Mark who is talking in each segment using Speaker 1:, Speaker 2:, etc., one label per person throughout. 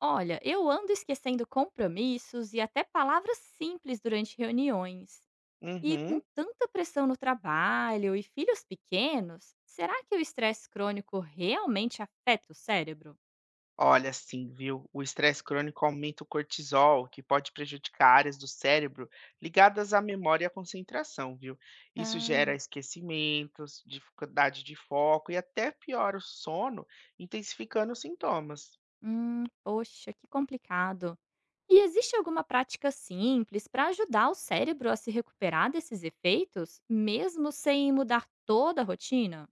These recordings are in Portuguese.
Speaker 1: Olha, eu ando esquecendo compromissos e até palavras simples durante reuniões. E com
Speaker 2: Uhum.
Speaker 1: tanta pressão no trabalho e filhos pequenos, será que o estresse crônico realmente afeta o cérebro?
Speaker 2: Olha, sim, viu? O estresse crônico aumenta o cortisol, que pode prejudicar áreas do cérebro ligadas à memória e à concentração, viu? Isso gera
Speaker 1: Ah,
Speaker 2: esquecimentos, dificuldade de foco e até piora o sono, intensificando os sintomas.
Speaker 1: poxa, que complicado. E existe alguma prática simples para ajudar o cérebro a se recuperar desses efeitos, mesmo sem mudar toda a rotina?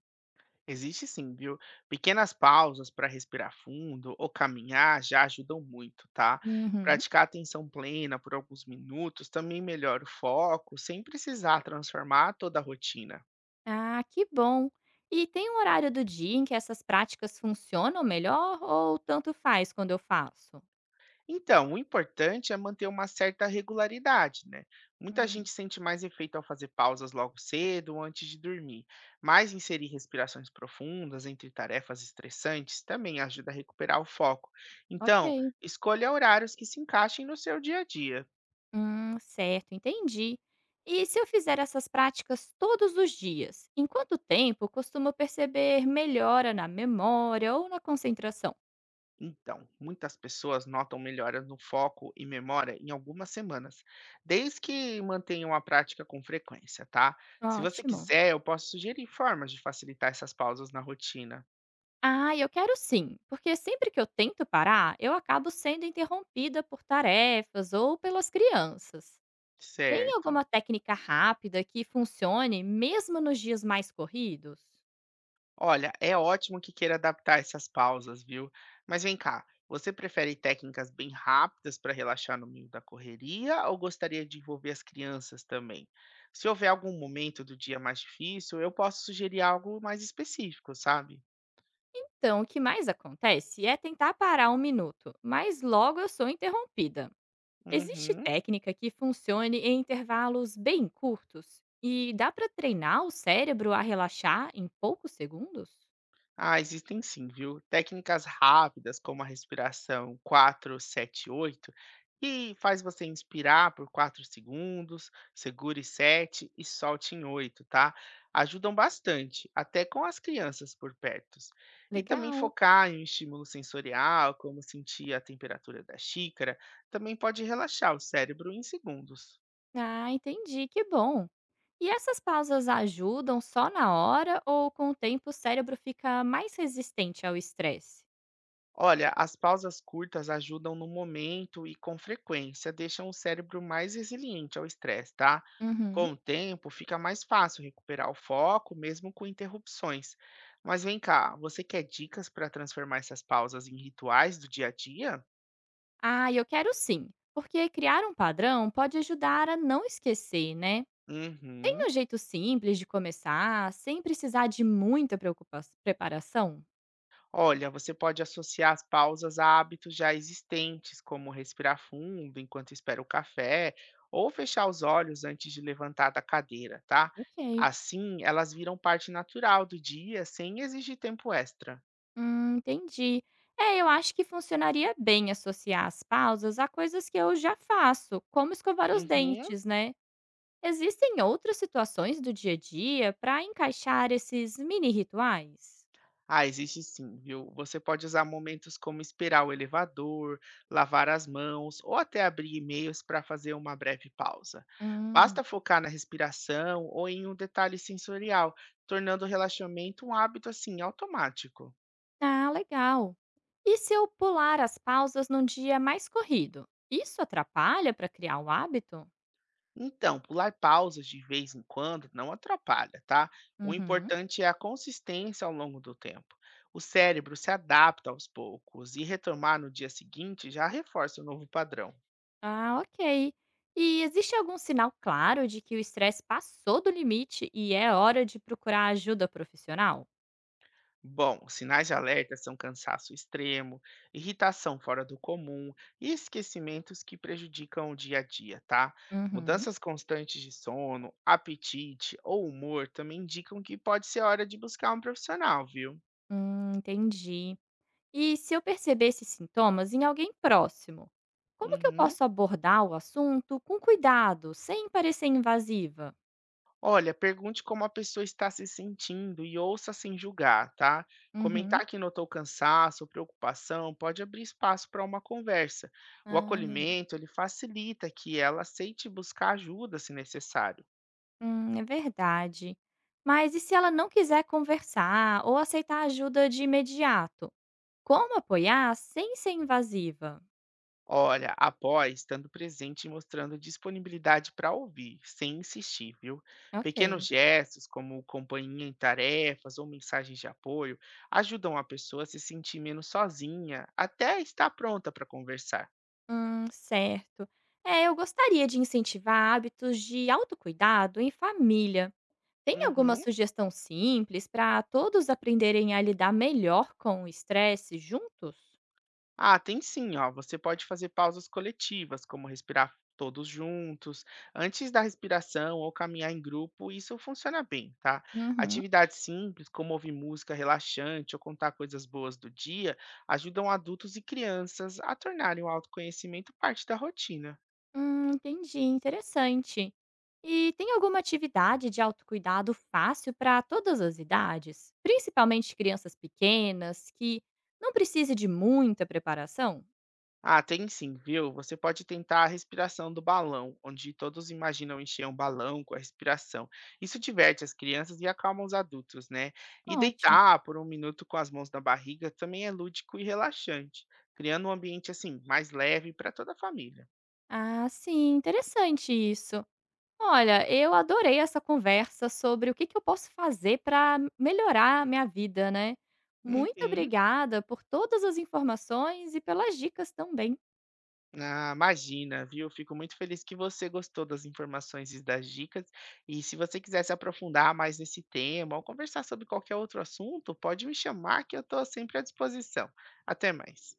Speaker 2: Existe sim, viu? Pequenas pausas para respirar fundo ou caminhar já ajudam muito, tá?
Speaker 1: Uhum.
Speaker 2: Praticar atenção plena por alguns minutos também melhora o foco, sem precisar transformar toda a rotina.
Speaker 1: Ah, que bom! E tem um horário do dia em que essas práticas funcionam melhor ou tanto faz quando eu faço?
Speaker 2: Então, o importante é manter uma certa regularidade, né? Muita
Speaker 1: Hum,
Speaker 2: gente sente mais efeito ao fazer pausas logo cedo ou antes de dormir, mas inserir respirações profundas entre tarefas estressantes também ajuda a recuperar o foco. Então,
Speaker 1: ok.
Speaker 2: escolha horários que se encaixem no seu dia a dia.
Speaker 1: Certo, entendi. E se eu fizer essas práticas todos os dias, em quanto tempo costumo perceber melhora na memória ou na concentração?
Speaker 2: Então, muitas pessoas notam melhoras no foco e memória em algumas semanas, desde que mantenham a prática com frequência, tá? Se você
Speaker 1: Ótimo.
Speaker 2: quiser, eu posso sugerir formas de facilitar essas pausas na rotina.
Speaker 1: Ah, eu quero sim, porque sempre que eu tento parar, eu acabo sendo interrompida por tarefas ou pelas crianças. Tem
Speaker 2: Certo.
Speaker 1: alguma técnica rápida que funcione mesmo nos dias mais corridos?
Speaker 2: Olha, é ótimo que queira adaptar essas pausas, viu? Mas vem cá, você prefere técnicas bem rápidas para relaxar no meio da correria ou gostaria de envolver as crianças também? Se houver algum momento do dia mais difícil, eu posso sugerir algo mais específico, sabe?
Speaker 1: Então, o que mais acontece é tentar parar um minuto, mas logo eu sou interrompida. Existe
Speaker 2: Uhum.
Speaker 1: técnica que funcione em intervalos bem curtos e dá para treinar o cérebro a relaxar em poucos segundos?
Speaker 2: Ah, existem sim, viu? Técnicas rápidas como a respiração 4-7-8, que faz você inspirar por 4 segundos, segure 7 e solte em 8, tá? Ajudam bastante, até com as crianças por perto. E também
Speaker 1: Legal.
Speaker 2: focar em um estímulo sensorial, como sentir a temperatura da xícara, também pode relaxar o cérebro em segundos.
Speaker 1: Ah, entendi, que bom. E essas pausas ajudam só na hora ou com o tempo o cérebro fica mais resistente ao estresse?
Speaker 2: Olha, as pausas curtas ajudam no momento e com frequência, deixam o cérebro mais resiliente ao estresse, tá?
Speaker 1: Uhum.
Speaker 2: Com o tempo, fica mais fácil recuperar o foco, mesmo com interrupções. Mas vem cá, você quer dicas para transformar essas pausas em rituais do dia a dia?
Speaker 1: Ah, eu quero sim, porque criar um padrão pode ajudar a não esquecer, né?
Speaker 2: Uhum.
Speaker 1: Tem um jeito simples de começar, sem precisar de muita preparação?
Speaker 2: Olha, você pode associar as pausas a hábitos já existentes, como respirar fundo enquanto espera o café, ou fechar os olhos antes de levantar da cadeira, tá?
Speaker 1: Ok,
Speaker 2: Assim, elas viram parte natural do dia, sem exigir tempo extra.
Speaker 1: entendi. É, eu acho que funcionaria bem associar as pausas a coisas que eu já faço, como escovar os
Speaker 2: Uhum.
Speaker 1: dentes, né? Existem outras situações do dia a dia para encaixar esses mini rituais?
Speaker 2: Ah, existe sim, viu? Você pode usar momentos como esperar o elevador, lavar as mãos ou até abrir e-mails para fazer uma breve pausa.
Speaker 1: Hum.
Speaker 2: Basta focar na respiração ou em um detalhe sensorial, tornando o relaxamento um hábito assim automático.
Speaker 1: Ah, legal. E se eu pular as pausas num dia mais corrido? Isso atrapalha para criar o hábito?
Speaker 2: Então, pular pausas de vez em quando não atrapalha, tá? O
Speaker 1: Uhum.
Speaker 2: importante é a consistência ao longo do tempo. O cérebro se adapta aos poucos e retomar no dia seguinte já reforça o novo padrão.
Speaker 1: Ah, ok. E existe algum sinal claro de que o estresse passou do limite e é hora de procurar ajuda profissional?
Speaker 2: Bom, sinais de alerta são cansaço extremo, irritação fora do comum e esquecimentos que prejudicam o dia a dia, tá?
Speaker 1: Uhum.
Speaker 2: Mudanças constantes de sono, apetite ou humor também indicam que pode ser hora de buscar um profissional, viu?
Speaker 1: Entendi. E se eu perceber esses sintomas em alguém próximo, como que eu
Speaker 2: Uhum.
Speaker 1: posso abordar o assunto com cuidado, sem parecer invasiva?
Speaker 2: Olha, pergunte como a pessoa está se sentindo e ouça sem julgar, tá?
Speaker 1: Uhum.
Speaker 2: Comentar que notou cansaço ou preocupação pode abrir espaço para uma conversa. O
Speaker 1: Ah,
Speaker 2: acolhimento, ele facilita que ela aceite buscar ajuda se necessário.
Speaker 1: hum, é verdade. Mas e se ela não quiser conversar ou aceitar ajuda de imediato? Como apoiar sem ser invasiva?
Speaker 2: Olha, apoie estando presente e mostrando disponibilidade para ouvir, sem insistir, viu? Pequenos
Speaker 1: Ok.
Speaker 2: gestos, como companhia em tarefas ou mensagens de apoio, ajudam a pessoa a se sentir menos sozinha, até estar pronta para conversar.
Speaker 1: Certo. É, eu gostaria de incentivar hábitos de autocuidado em família. Tem alguma
Speaker 2: Uhum.
Speaker 1: sugestão simples para todos aprenderem a lidar melhor com o estresse juntos?
Speaker 2: Ah, tem sim, ó. Você pode fazer pausas coletivas, como respirar todos juntos, antes da respiração ou caminhar em grupo, isso funciona bem, tá?
Speaker 1: Uhum.
Speaker 2: Atividades simples, como ouvir música relaxante ou contar coisas boas do dia, ajudam adultos e crianças a tornarem o autoconhecimento parte da rotina.
Speaker 1: Entendi, interessante. E tem alguma atividade de autocuidado fácil para todas as idades, principalmente crianças pequenas, que não precise de muita preparação?
Speaker 2: Ah, tem sim, viu? Você pode tentar a respiração do balão, onde todos imaginam encher um balão com a respiração. Isso diverte as crianças e acalma os adultos, né? E
Speaker 1: Ótimo.
Speaker 2: deitar por um minuto com as mãos na barriga também é lúdico e relaxante, criando um ambiente assim mais leve para toda a família.
Speaker 1: Ah, sim, interessante isso. Olha, eu adorei essa conversa sobre o que, que eu posso fazer para melhorar a minha vida, né? Muito
Speaker 2: Uhum.
Speaker 1: obrigada por todas as informações e pelas dicas também.
Speaker 2: Ah, imagina, viu? Fico muito feliz que você gostou das informações e das dicas. E se você quiser se aprofundar mais nesse tema ou conversar sobre qualquer outro assunto, pode me chamar que eu estou sempre à disposição. Até mais.